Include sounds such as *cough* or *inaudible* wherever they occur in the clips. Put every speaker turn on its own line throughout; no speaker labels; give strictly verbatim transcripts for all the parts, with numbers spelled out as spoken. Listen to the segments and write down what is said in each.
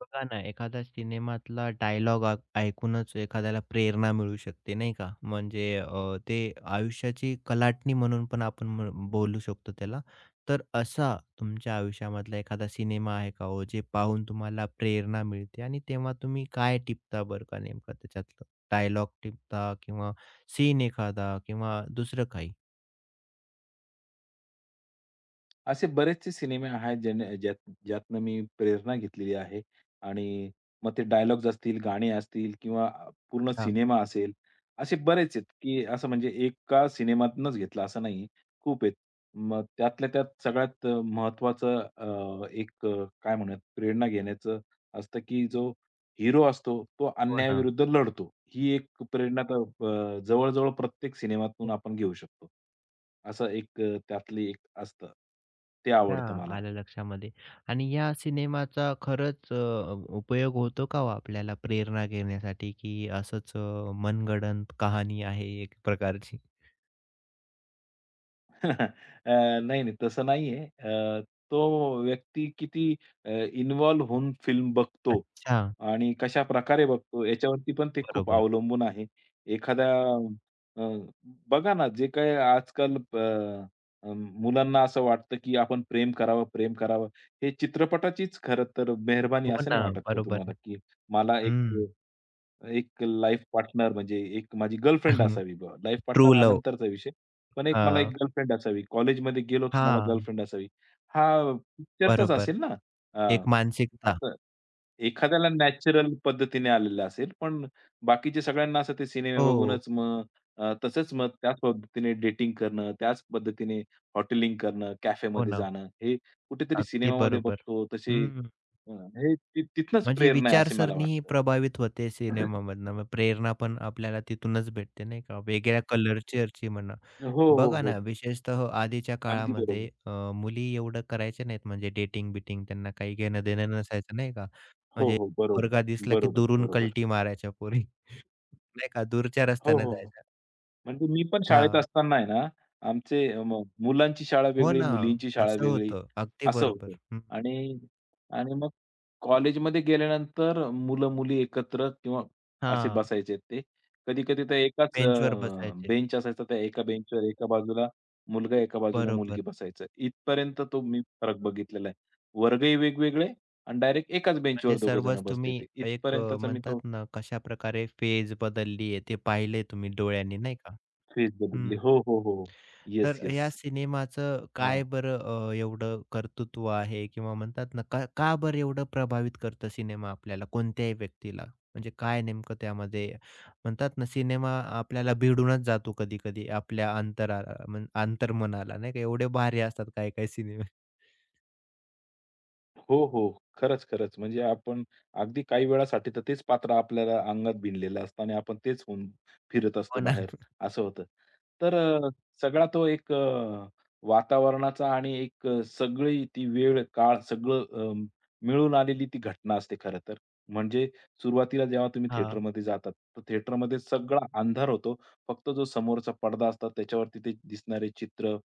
बघा ना, एखादा सिनेमातला डायलॉग आ ऐकूनच एखाद्याला प्रेरणा मिळू शकते, नाही का? म्हणजे अ, ते आयुष्याची कलाटणी म्हणून पण आपण म्ह बोलू शकतो त्याला. तर असा तुमच्या आयुष्यामधला एखादा सिनेमा आहे का हो, जे पाहून तुम्हाला प्रेरणा मिळते आणि तेव्हा तुम्ही काय टिपता बरं का नेमकं त्याच्यातलं? डायलॉग टिपता किंवा सीन एखादा किंवा दुसरं काही?
असे बरेचसे सिनेमे आहेत ज्याने ज्यात ज्यातनं मी प्रेरणा घेतलेली आहे आणि मग ते डायलॉग्स असतील, गाणी असतील किंवा पूर्ण
हां.
सिनेमा असेल, असे बरेच आहेत, की असं म्हणजे एका सिनेमातनंच घेतला असं नाहीये, खूप आहेत. मग त्यातल्या त्यात सगळ्यात महत्वाचं एक अ, काय म्हणूयात, प्रेरणा घेण्याचं असतं, की जो हिरो असतो, तो
हो ना.
अन्यायाविरुद्ध लढतो. ही एक प्रेरणा तर अ, जवळ-जवळ प्रत्येक सिनेमातून आपण घेऊ शकतो. असं एक अ, त्यातली एक असतं. ते आवडतं
अच्छा,
मला.
आलं लक्षामध्ये. आणि या सिनेमाचा खरंच अ, उपयोग होतो का हो आपल्याला प्रेरणा घेण्यासाठी, की असंच अ, मनगडंत कहाणी आहे एक प्रकारची?
*laughs* अ, नाही, नाही तसं नाहीये. अ, तो व्यक्ती किती अ, इन्व्हॉल्व होऊन फिल्म बघतो
अच्छा,
आणि कशाप्रकारे बघतो याच्यावरती पण ते खूप
बरोबर.
अवलंबून आहे. एखाद्या अ, बघा ना, जे काही आजकाल अ, अ, मुलांना असं वाटतं, की आपण प्रेम करावं, प्रेम करावं. हे चित्रपटाचीच खरं तर मेहरबानी
हो
असं
ना,
नाही वाटत का
बरोबर
तुम्हाला,
आहे.
की मला एक
हं.
एक लाईफ पार्टनर म्हणजे एक माझी गर्लफ्रेंड
*laughs*
असावी बुवा. लाईफ
ट्रू
पार्टनर हा
लव्ह.
नंतरचा विषय. पण एक मला एक
हां,
गर्लफ्रेंड असावी. कॉलेजमध्ये गेलो की मला
हां,
गर्लफ्रेंड
*laughs*
असावी. हा पिक्चरचाच
बरोबर.
असेल ना.
एक
अ,
मानसिकता.
असं एखाद्याला नॅचरल पद्धतीने आलेलं असेल, पण बाकीचे सगळ्यांना असं ते सिनेमे
हो,
बघूनच मग अ, तसंच मग त्याच पद्धतीने डेटिंग करणं, त्याच पद्धतीने हॉटेलिंग करणं,
हो
कॅफेमध्ये
ना,
जाणं, हे कुठेतरी
अगदी
सिनेमामध्ये
बरोबर.
बघतो तसे
हं.
अ, हे ति- तिथनंच
म्हणजे
प्रेरणा आहे असे मला
विचारसरणी
वाटतं.
प्रभावित होते सिनेमामधनं. मग प्रेरणा पण आपल्याला तिथूनच भेटते, नाही का? वेगळ्या कलरची म्हणा.
हो, हो,
बघा
हो.
ना, विशेषतः आधीच्या
अगदी
काळामध्ये
बरोबर.
अ, मुली एवढं करायच्या नाहीत म्हणजे डेटिंग-बिटिंग त्यांना काही घेणं-देणं नसायचं, नाही का?
हो,
म्हणजे
हो. बरोबर,
पोरगा दिसला की
बरोबर,
दुरून
बरोबर.
कल्टी मारायच्या पोरी, नाही का? दूरच्या
हो,
रस्त्यानं
हो.
जायच्या.
म्हणजे मी पण शाळेत
हां.
असताना आहे ना, आमचे म मुलांची शाळा
हो
वेगळी,
ना,
मुलींची शाळा
असं
वेगळी
होतं. अगदी
असं होतं.
बरोबर. हं.
आणि आणि मग कॉलेजमध्ये गेल्यानंतर मुलं-मुली एकत्र किंवा असे
हां,
बसायचे ते. कधी-कधी तर एकाच अ,
बेंचवर बसायचे.
बेंच असायचा, त्या एका बेंचवर एका बाजूला मुलगा, एका बाजूला
बरोबर.
मुलगी बसायचं. इथपर्यंत तो मी फरक बघितलेला आहे. वर्गही वेगवेगळे आणि डायरेक्ट एकाच
म्हणजे
बेंचवर दोघं जण
सर्वच
बसले
तुम्ही
ते.
एक अ,
इथपर्यंतचा मी तो
म्हणतात ना कशाप्रकारे फेज बदलली आहे ते पाहिलंय तुम्ही डोळ्यांनी नाही का?
फेज बदलली.
हं.
हो, हो, हो. येस,
तर
येस.
या सिनेमाचं काय
हां.
बरं अ, एवढं कर्तृत्व आहे किंवा म्हणतात ना का का बरं एवढं प्रभावित करतं सिनेमा आपल्याला कोणत्याही व्यक्तीला? म्हणजे काय नेमकं त्यामध्ये म्हणतात ना सिनेमा आपल्याला भिडूनच जातो कधी-कधी आपल्या अंतराला म्हण अंतर्मनाला नाही का? एवढे भारी असतात काही-काही सिनेमे.
हो, हो. खरंच, खरंच. म्हणजे आपण अगदी काही वेळासाठी तर तेच पात्र आपल्याला अंगात भिनलेलं असतं आणि आपण तेच होऊन फिरत असतो
हो ना.
बाहेर, असं होतं. तर अ, सगळा तो एक अ, वातावरणाचा आणि एक अ, सगळी ती वेळ, काळ सगळं अ, मिळून आलेली ती घटना असते खरं तर. म्हणजे सुरुवातीला जेव्हा तुम्ही
हां,
थिएटरमध्ये जातात, तर थिएटरमध्ये सगळा अंधार होतो फक्त जो समोरचा पडदा असतात त्याच्यावरती ते दिसणारे चित्र,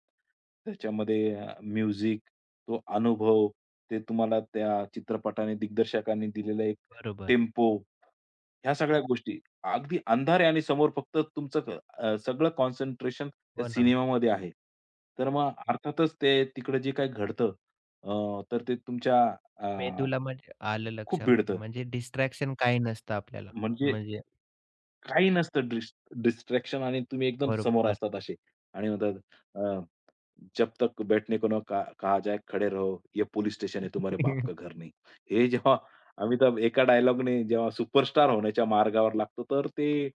त्याच्यामध्ये अ, म्युझिक, तो अनुभव, ते तुम्हाला त्या चित्रपटाने, दिग्दर्शकाने दिलेला एक
बरोबर.
टेम्पो, ह्या सगळ्या गोष्टी. अगदी अंधार आहे आणि समोर फक्त तुमचं क- अ, सगळं कॉन्सन्ट्रेशन त्या
हो ना.
सिनेमामध्ये आहे. तर मग अर्थातच ते तिकडे जे काही घडतं अ, तर ते तुमच्या अ,
मेंदूला म्हणजे आलं
खूप
लक्षामध्ये.
भिडतं.
म्हणजे डिस्ट्रॅक्शन काही नसतं आपल्याला.
म्हणजे
म्हणजे
काही नसतं डिस्ट्रॅक्शन आणि तुम्ही एकदम समोर
बरोबर.
असतात असे आणि म्हणतात जब तक बैठने को ना कहा कहा जाए, खड़े रहो, ये पुलिस स्टेशन है, तुम्हारे बाप का
*laughs*
घर नहीं. हे जेव्हा अमिताभ एका डायलॉगने जेव्हा सुपरस्टार होण्याच्या मार्गावर लागतो, तर ते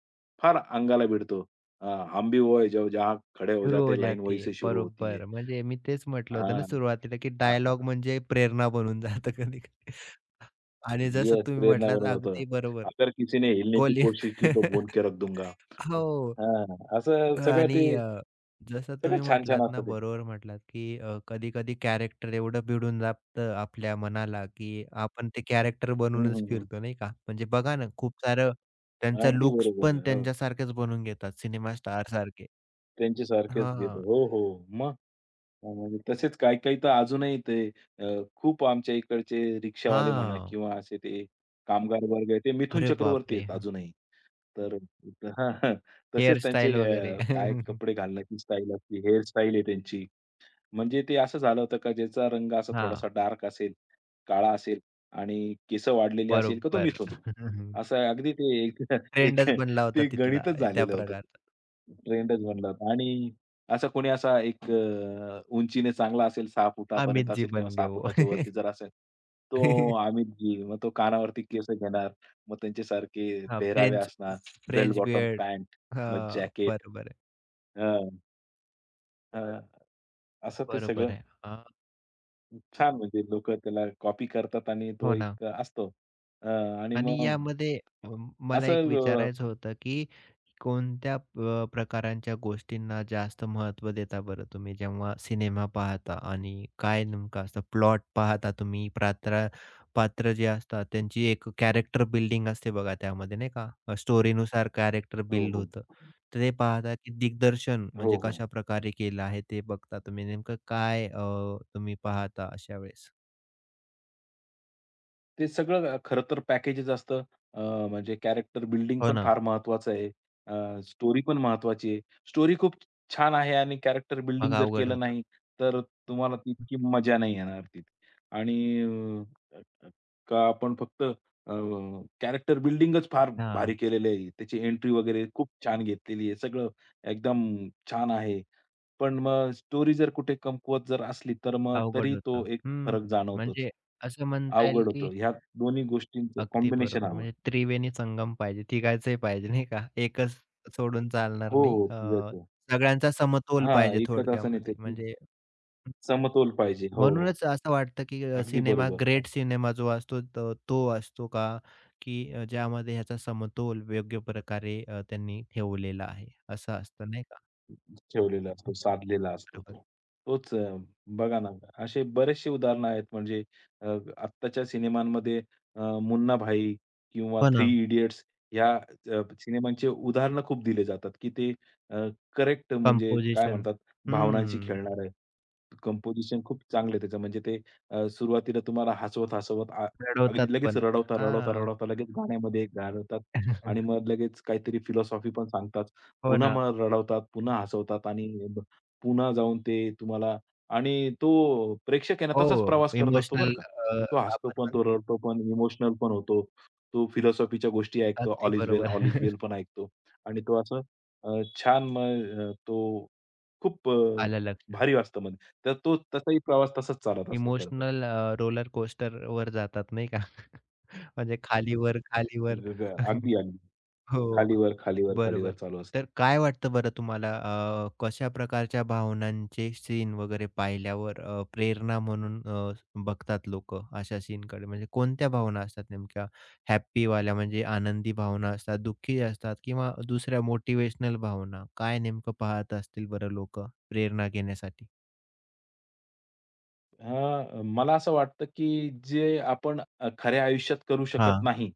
फार अंगाला भिडतो. अ, "हम भी वो है जो जहाँ खड़े हो
सुरू
जाते
हो
हैं, लाइन वही
जाती है.
से शुरू होती है."
बरोबर. म्हणजे मी तेच म्हटलं होतं ना
हां.
सुरुवातीला, की
हां,
डायलॉग
हां.
म्हणजे प्रेरणा बनून जातं कधी-कधी. आणि जसं
येस,
तुम्ही
प्रेरणा
म्हटलात
बनून जातं.
अगदी बरोबर.
"अगर किसी ने हिलने की
कोली
कोशिश की तो भून
*laughs*
के रख दूंगा."
हो.
हां, असं सगळं
आणि
ते
अ, जसं तुम्ही
सगळं छान-छान
म्हटलात ना,
असतं ते.
बरोबर म्हटलात, की अ, कधी-कधी कॅरेक्टर एवढं भिडून जातं आपल्या मनाला, की आपण ते कॅरेक्टर
हं,
बनवूनच
हं, हं.
फिरतो, नाही का? म्हणजे बघा ना, खूप सारं त्यांचा
अगदी
लुक्स
बरोबर.
पण
हो.
त्यांच्यासारखेच बनवून घेतात, सिनेमा स्टारसारखे.
त्यांचे सारखेच घेतो.
हां.
हो, हो. मग? हो, म्हणजे तसेच काही-काही तर अजूनही ते अ, खूप आमच्या इकडचे रिक्षावाले म्हणा
हां.
किंवा असे ते कामगार वर्ग आहे, ते मिथुन
अरे
चक्रवर्ती
बापरे!
आहेत अजूनही. तर हां, हां. तसेच
हेअर
त्यांचे
वगैरे.
अ, काय
*laughs*
कपडे घालण्याची स्टाईल असते, हेअर स्टाईल आहे त्यांची. म्हणजे ते असं झालं होतं का ज्याचा रंग असा
हां,
थोडासा डार्क असेल, काळा असेल आणि केसं वाढलेली असेल का तो
बरोबर.
मिथुन.
*laughs*
असं अगदी ते एक *laughs* एक
ट्रेंडच बनला होता
ते
तिथला,
गणितच
त्या
झालेलं होतं.
प्रकारचा.
ट्रेंडच बनला होता आणि असा कोणी असा एक अ, उंचीने चांगला असेल सहा
अमित
फुटापर्यंत
जी
असेल किंवा
बन गए
सहा
वो.
फुटाच्या वरती जर असेल, तो
*laughs*
अमितजी. मग तो कानावरती केसं घेणार, मग त्यांच्यासारखे
हां,
पेहरावे
फ्रेंच
असणार, bell
French
bottom
beard.
Pant, मग
हां,
जॅकेट.
बरोबर आहे.
हां,
तर
हां. असं ते
बरोबर
सगळं
आहे. हां,
छान म्हणजे लोकं त्याला कॉपी करतात आणि तो
हो ना.
एक असतो. अ, आणि
आणि
मग
यामध्ये अ, मला एक
असं अ,
विचारायचं होतं, की कोणत्या अ, प्रकारांच्या गोष्टींना जास्त महत्त्व देता बरं तुम्ही जेव्हा सिनेमा पाहता? आणि काय नेमकं असतं प्लॉट पाहता तुम्ही पात्रा पात्र जे असतात त्यांची एक कॅरेक्टर बिल्डिंग असते बघा त्यामध्ये नाही का? स्टोरीनुसार कॅरेक्टर
हो,
बिल्ड
हो.
होतं. तर ते पाहता की दिग्दर्शन
हो,
म्हणजे
हो.
कशाप्रकारे केलं आहे ते बघता तुम्ही नेमकं काय अ, तुम्ही पाहता अशा वेळेस?
ते सगळं खरं तर पॅकेजच असतं. अ, म्हणजे कॅरेक्टर बिल्डिंग
हो
पण
ना.
फार महत्वाचं आहे. स्टोरी पण महत्वाची आहे. स्टोरी खूप छान आहे आणि कॅरेक्टर
मग
बिल्डिंग जर
अवघड
केलं
होतं.
नाही, तर तुम्हाला तितकी मजा नाही येणार ती. आणि अ, का आपण फक्त कॅरेक्टर बिल्डिंगच फार भारी
हां.
केलेली आहे. त्याची एंट्री वगैरे खूप छान घेतलेली आहे. सगळं एकदम छान आहे. पण मग स्टोरी जर कुठे कमकुवत जर असली, तर मग
अवघड
तरी
होतं.
तो एक फरक
हं,
जाणवतोच.
म्हणजे असं म्हणता येईल,
अवघड
की
होतं. ह्या दोन्ही गोष्टींचं
अगदी
कॉम्बिनेशन
बरोबर.
हवं.
म्हणजे त्रिवेणी संगम पाहिजे, तिघांचंही पाहिजे नाही का? एकच सोडून चालणार
हो,
नाही.
हो.
अ,
पिझ्झाचं.
सगळ्यांचा समतोल
हां,
पाहिजे
एका तासाने ते
थोडक्यामध्ये. म्हणजे
समतोल पाहिजे. हो, हो.
म्हणूनच असं वाटतं, की अ,
अगदी
सिनेमा
बरोबर. अग
ग्रेट सिनेमा जो असतो तो तो असतो का? की अ, ज्यामध्ये ह्याचा समतोल योग्य प्रकारे अ, त्यांनी ठेवलेला आहे. असं असतं नाही का?
ठेवलेला असतो, साधलेला असतो
बरोबर.
तो. तोच अ, बघा ना, असे बरेचसे उदाहरणं आहेत म्हणजे अ, आत्ताच्या सिनेमांमध्ये अ, मुन्ना भाई किंवा
हो
थ्री
ना.
इडियट्स ह्या अ, सिनेमांचे उदाहरणं खूप दिले जातात, की ते करेक्ट म्हणजे काय
कंपोझिशन.
म्हणतात भावनांशी
हं.
खेळणारं आहे. कंपोझिशन खूप चांगलं आहे त्याचं म्हणजे ते अ, सुरुवातीला तुम्हाला हसवत-हसवत आ
रडवतात
अगदी लगेच
पण.
रडवता, रडवता,
हां.
रडवता लगेच गाण्यामध्ये गारवतात
*laughs*
आणि मग लगेच काहीतरी फिलॉसॉफी पण सांगतात.
हो
पुन्हा
ना.
मग रडवतात, पुन्हा हसवतात आणि ब पुन्हा जाऊन ते तुम्हाला आणि तो प्रेक्षक आहे ना
हो,
तसाच प्रवास करत असतो बरं
इमोशनल
का.
अ,
तो हसतो
आपण
पण,
म्हणतो
तो रडतो पण, इमोशनल पण होतो. तो फिलॉसॉफीच्या गोष्टी ऐकतो.
अगदी
ऑल इज वेल,
बरोबर.
ऑल इज वेल
*laughs*
पण ऐकतो आणि तो असं अ, छान मग अ, तो खूप अ,
आलं लक्षात.
भारी वाचतं म्हणजे. तर तो तसाही प्रवास तसाच चालत असतो खरं तर.
इमोशनल अ, रोलर कोस्टरवर जातात नाही का? *laughs* म्हणजे खाली वर, खाली वर.
ग ग अगदी,
*laughs*
अगदी.
हो.
खालीवर, खालीवर,
बरोबर.
खालीवर चालू असतं.
तर काय वाटतं बरं तुम्हाला अ, कशा प्रकारच्या भावनांचे सीन वगैरे पाहिल्यावर अ, प्रेरणा म्हणून अ, बघतात लोकं अशा सीनकडे? म्हणजे कोणत्या भावना असतात नेमक्या? हॅपीवाल्या म्हणजे आनंदी भावना असतात, दुःखी असतात किंवा दुसऱ्या मोटिव्हेशनल भावना? काय नेमकं पाहत असतील बरं लोकं प्रेरणा घेण्यासाठी?
हां, मला असं वाटतं, की जे आपण अ, खऱ्या आयुष्यात करू शकत
हां,
नाही,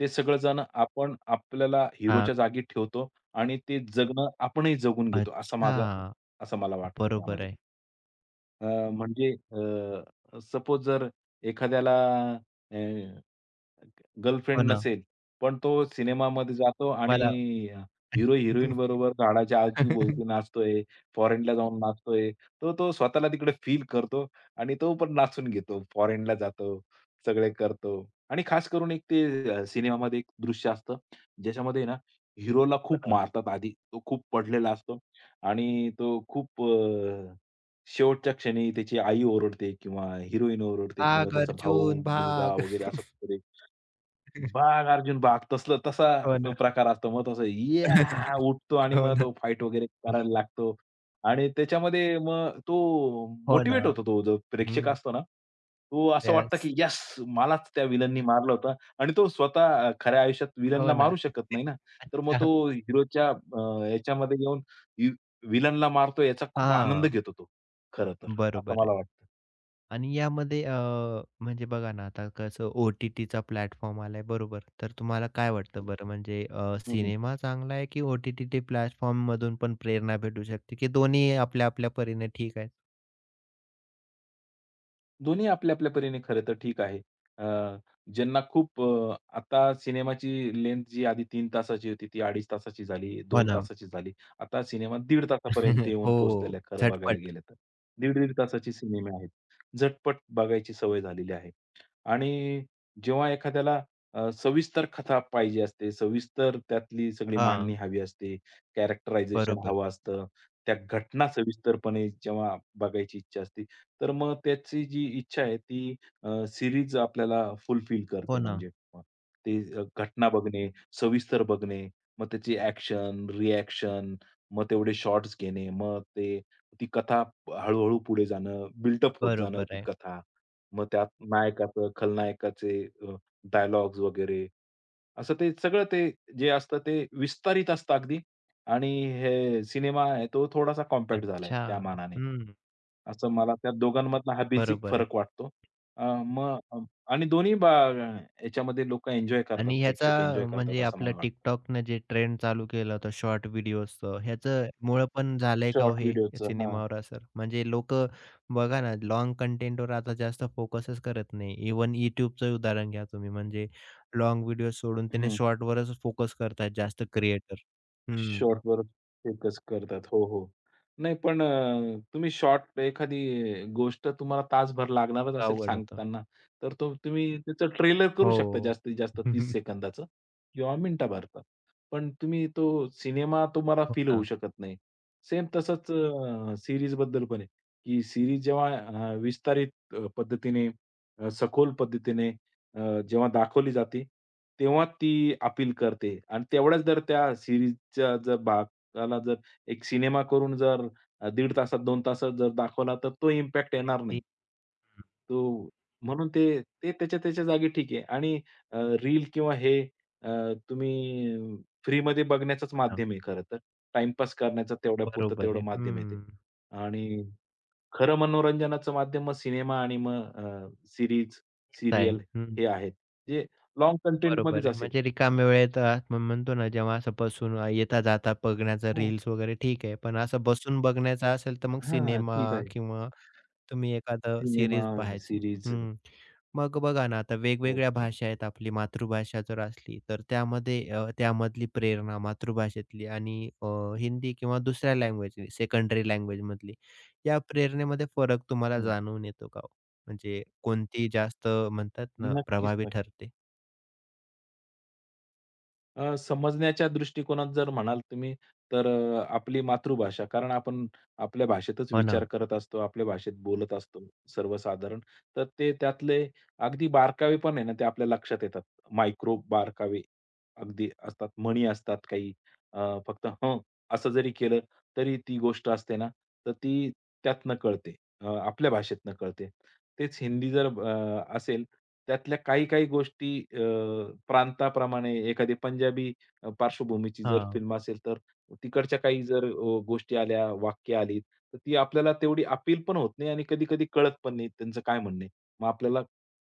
ते सगळंजण आपण आपल्याला
हां.
हिरोच्या जागी ठेवतो आणि ते जगणं आपणही जगून घेतो, असा
अच्छा.
माझा असं मला वाटतं
बरोबर
त्यामध्ये.
आहे.
अ, म्हणजे अ, सपोज जर एखाद्याला अ
हो
गर्लफ्रेंड
ना.
नसेल, पण तो सिनेमामध्ये जातो आणि
मला
हिरो हिरोईन बरोबर झाडाच्या अवती-भोवती
*laughs*
नाचतोय, फॉरेनला जाऊन नाचतोय. तो तो स्वतःला तिकडे फील करतो आणि तो पण नाचून घेतो. फॉरेनला जातो, सगळे करतो आणि खास करून एक ते अ, सिनेमामध्ये एक दृश्य असतं, ज्याच्यामध्ये ना हिरोला
हो
खूप
ना.
मारतात आधी. तो खूप पडलेला असतो आणि तो खूप अ, शेवटच्या क्षणी त्याची आई ओरडते किंवा हिरोईन ओरडते किंवा
भाग
त्याचा भाऊ,
अर्जुन
मुलगा
भाग.
वगैरे असं कोणीतरी बाग अर्जुन बाग. तसलं तसा
हो
तो
ना.
प्रकार असतो. मग तसं याह!
*laughs*
उठतो आणि
हो
मग
ना.
तो फाईट वगैरे करायला लागतो आणि त्याच्यामध्ये मग तो
हो ना.
मोटिवेट होतो तो जो
हं.
प्रेक्षक असतो ना, तो असं वाटतं की
येस.
येस! मलाच त्या विलननी मारलं होतं आणि तो स्वतः अ, खऱ्या आयुष्यात
हो
विलनला
ना.
मारू शकत नाही ना. तर मग तो
*laughs*
हिरोच्या अ, याच्यामध्ये येऊन विलनला मारतोय याचा खूप आनंद
हां,
घेतो तो, खरं तर, असं
बरोबर आहे.
मला वाटतं.
आणि यामध्ये अ, म्हणजे बघा ना, आता कसं ओ-टी-टीचा प्लॅटफॉर्म आलाय बरोबर. तर तुम्हाला काय वाटतं बरं म्हणजे अ, सिनेमा चांगला आहे की ओ-टी-टी प्लॅटफॉर्ममधून पण प्रेरणा भेटू शकते की दोन्ही आपल्या-आपल्या परीने ठीक आहेत?
दोन्ही आपल्या-आपल्या परीने खरं तर ठीक आहे. अ, ज्यांना खूप अ, आता सिनेमाची लेंथ जी आधी तीन तासाची होती, ती अडीच तासाची झाली,
हो
दोन
ना.
तासाची झाली. आता सिनेमा दीड तासापर्यंत
*laughs*
येऊन
हो,
पोहोचलेला आहे खरं बघायला
झटपट.
गेलं तर. दीड-दीड तासाचे सिनेमे आहेत. झटपट बघायची सवय झालेली आहे. आणि जेव्हा एखाद्याला अ, सविस्तर कथा पाहिजे असते, सविस्तर त्यातली सगळी
हां,
मांडणी हवी असते, कॅरेक्टरायझेशन
बरोबर.
हवं असतं, त्या घटना सविस्तरपणे जेव्हा बघायची इच्छा असते, तर मग त्याची जी इच्छा आहे ती अ, सीरीज आपल्याला फुलफिल करते
हो ना,
म्हणजे. मग ते अ, घटना बघणे, सविस्तर बघणे, मग त्याची ॲक्शन, रिॲक्शन, मग तेवढे शॉट्स घेणे, मग ते ती कथा हळू पुढे जाणं, बिल्टअप होत जाणं
बरोबर
ती
आहे.
कथा. मग त्यात नायकाचं, खलनायकाचे अ, डायलॉग्स वगैरे, असं ते सगळं ते जे असतं ते विस्तारित असतं अगदी आणि हे सिनेमा आहे तो थोडासा कॉम्पॅक्ट झालाय
अच्छा.
त्या मानाने.
हं,
असं मला त्या दोघांमधला हा बेसिक
बरोबर आहे.
फरक वाटतो. मग आणि दोन्ही बा याच्यामध्ये लोकं एन्जॉय करतात,
आणि ह्याचा
प्रेक्षक एन्जॉय
अ,
करतात
म्हणजे
असं
आपलं
मला वाटतं.
TikTokनं जे ट्रेंड चालू केला होता शॉर्ट व्हिडिओजचं, ह्याचं मुळं पण झालंय का हो
शॉर्ट
हे
व्हिडिओचं. हां.
सिनेमावर असर? म्हणजे लोक बघा ना, लाँग कंटेंटवर आता जास्त फोकसच करत नाही. इव्हन YouTubeचं उदाहरण घ्या तुम्ही, म्हणजे लाँग व्हिडिओ सोडून त्याने शॉर्टवरच फोकस करतायत जास्त क्रिएटर. हं,
शॉर्टवर फोकस करतात. हो, हो. नाही पण अ, तुम्ही शॉर्ट एखादी गोष्ट तुम्हाला तासभर लागणारच असेल
अवघड होतं.
सांगताना, तर तो तुम्ही त्याचं ट्रेलर करू शकता
हो.
जास्तीत जास्त तीस
*laughs*
सेकंदाचं किंवा मिनिटाभराचा. पण तुम्ही तो सिनेमा तुम्हाला
हो
फील होऊ
ना.
शकत नाही. सेम तसंच अ, सीरीजबद्दल पण आहे, की सीरीज जेव्हा अ, विस्तारित अ, पद्धतीने अ, सखोल पद्धतीने अ, जेव्हा दाखवली जाते, तेव्हा ती अपील करते आणि तेवढ्याच जर त्या सीरीजच्या जर भागाला जर एक सिनेमा करून जर अ, दीड तासात, दोन तासात जर दाखवला, तर तो इम्पॅक्ट येणार
माहिती.
नाही.
हं,
तो म्हणून ते ते त्याच्या-त्याच्या जागी ठीक आहे आणि अ, रील किंवा हे अ, तुम्ही फ्रीमध्ये बघण्याचंच
हां.
माध्यम आहे खरं तर. टाईमपास करण्याचं तेवढ्यापुरतं
बरोबर
तेवढं
आहे.
माध्यम आहे ते
हं,
आणि खरं मनोरंजनाचं माध्यम मग सिनेमा आणि मग अ, सीरीज,
तेच आहे.
सीरियल
हं.
हे आहेत. जे लाँग
बरोबर
कंटेंटमध्येच
आहे.
असेल.
म्हणजे रिकाम्या वेळेत अ, आपण म्हणतो ना, जेव्हा असं बसून येता-जाता बघण्याचा
हो.
रील्स वगैरे ठीक आहे. पण असं बसून बघण्याचा असेल तर मग
हां,
सिनेमा
ठीक आहे.
किंवा तुम्ही एखादं
सिनेमा,
सीरीज पाहायची.
सीरीज.
हं. मग बघा ना, आता वेगवेगळ्या
ओके.
भाषा आहेत. आपली मातृभाषा जर असली, तर त्यामध्ये अ, त्यामधली प्रेरणा मातृभाषेतली आणि अ, हिंदी किंवा दुसऱ्या लँग्वेज सेकंडरी लँग्वेजमधली. या प्रेरणेमध्ये फरक तुम्हाला
हं.
जाणवून येतो का हो? म्हणजे कोणती जास्त म्हणतात ना,
नक्कीच,
प्रभावी
नक्कीच.
ठरते?
अ, समजण्याच्या दृष्टिकोनात जर म्हणाल तुम्ही, तर अ, आपली मातृभाषा. कारण आपण आपल्या भाषेतच
हो ना.
विचार करत असतो, आपल्या भाषेत बोलत असतो सर्वसाधारण. तर ते त्यातले अगदी बारकावे पण आहे ना, ते आपल्या लक्षात येतात. मायक्रो बारकावे अगदी असतात. म्हणी असतात काही. अ, फक्त हं, असं जरी केलं तरी ती गोष्ट असते ना, तर ती त्यातनं कळते. अ, आपल्या भाषेतनं कळते. तेच हिंदी जर अ, असेल त्यातल्या काही-काही गोष्टी अ, प्रांताप्रमाणे एखादी पंजाबी अ, पार्श्वभूमीची जर
हां,
फिल्म असेल, तर तिकडच्या काही जर अ, गोष्टी आल्या, वाक्य आली, तर ती आपल्याला तेवढी अपील पण होत नाही आणि कधी-कधी कळत पण नाही त्यांचं काय म्हणणं आहे. मग आपल्याला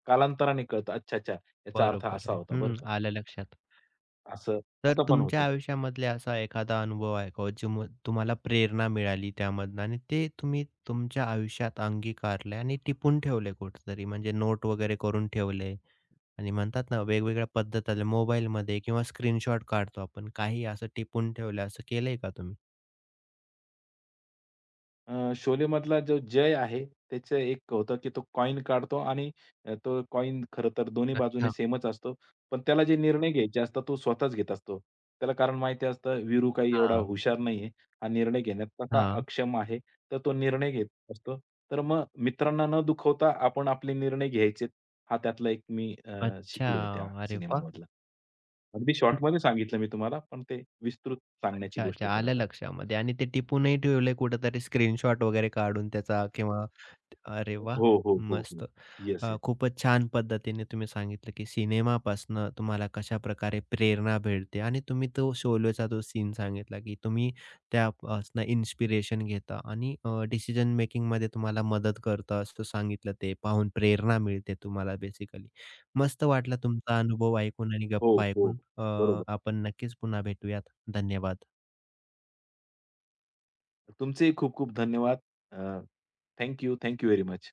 कालांतराने कळतं, अच्छा-अच्छा याचा अर्थ
बरोबर
असा
आहे.
होता बरं
हं,
का.
आलं लक्षात.
असं
तर
असं पण
तुमच्या
होतं.
आयुष्यामधला असा एखादा अनुभव आहे का, हो, जो म- तुम्हाला प्रेरणा मिळाली त्यामधनं आणि ते तुम्ही तुमच्या आयुष्यात अंगीकारले आणि टिपून ठेवले कुठेतरी, म्हणजे नोट वगैरे करून ठेवले आणि म्हणतात ना, वेगवेगळ्या पद्धत आल्या मोबाईलमध्ये किंवा स्क्रीनशॉट काढतो आपण, काही असं टिपून ठेवलं, असं केलंय का तुम्ही?
अ, शोलेमधला जो जय आहे, त्याचं एक होतं, की तो कॉइन काढतो आणि अ, तो कॉइन खरं तर दोन्ही बाजूने
अच्छा.
सेमच असतो. पण त्याला जे निर्णय घ्यायचे असतात, तो स्वतःच घेत असतो. त्याला कारण माहिती असतं, वीरू काही एवढा
हां,
हुशार नाहीये. हा निर्णय घेण्यात तसा
हां.
अक्षम आहे. तर तो निर्णय घेत असतो. तर मग मित्रांना न दुखवता आपण आपले निर्णय घ्यायचेत. हा त्यातला एक मी अ,
अच्छा.
शिकलोय त्या
अरे वाह!
सिनेमामधला. अगदी शॉर्टमध्ये सांगितलं मी तुम्हाला, पण ते विस्तृत सांगण्याची
अच्छा,
गोष्ट
अच्छा.
आहे खरं
आलं
तर.
लक्षामध्ये आणि ते टिपूनही ठेवलंय कुठेतरी स्क्रीनशॉट वगैरे काढून त्याचा किंवा अरे वाह!
हो, हो, हो, हो.
मस्त.
Yes,
uh,
yes.
खूपच छान पद्धतीने तुम्ही सांगितलं, की सिनेमापासनं तुम्हाला कशाप्रकारे प्रेरणा भेटते आणि तुम्ही तो शोलेचा तो सीन सांगितला, की तुम्ही त्यापासनं इन्स्पिरेशन घेता आणि अ, डिसिजन मेकिंगमध्ये तुम्हाला मदत करतं असं सांगितलं ते पाहून प्रेरणा मिळते तुम्हाला बेसिकली. मस्त वाटला तुमचा अनुभव ऐकून आणि
हो,
गप्पा
हो.
ऐकून. अ,
बरोबर.
आपण नक्कीच पुन्हा भेटूयात. धन्यवाद.
तुमचेही खूप-खूप धन्यवाद. Uh, thank you. Thank you very much.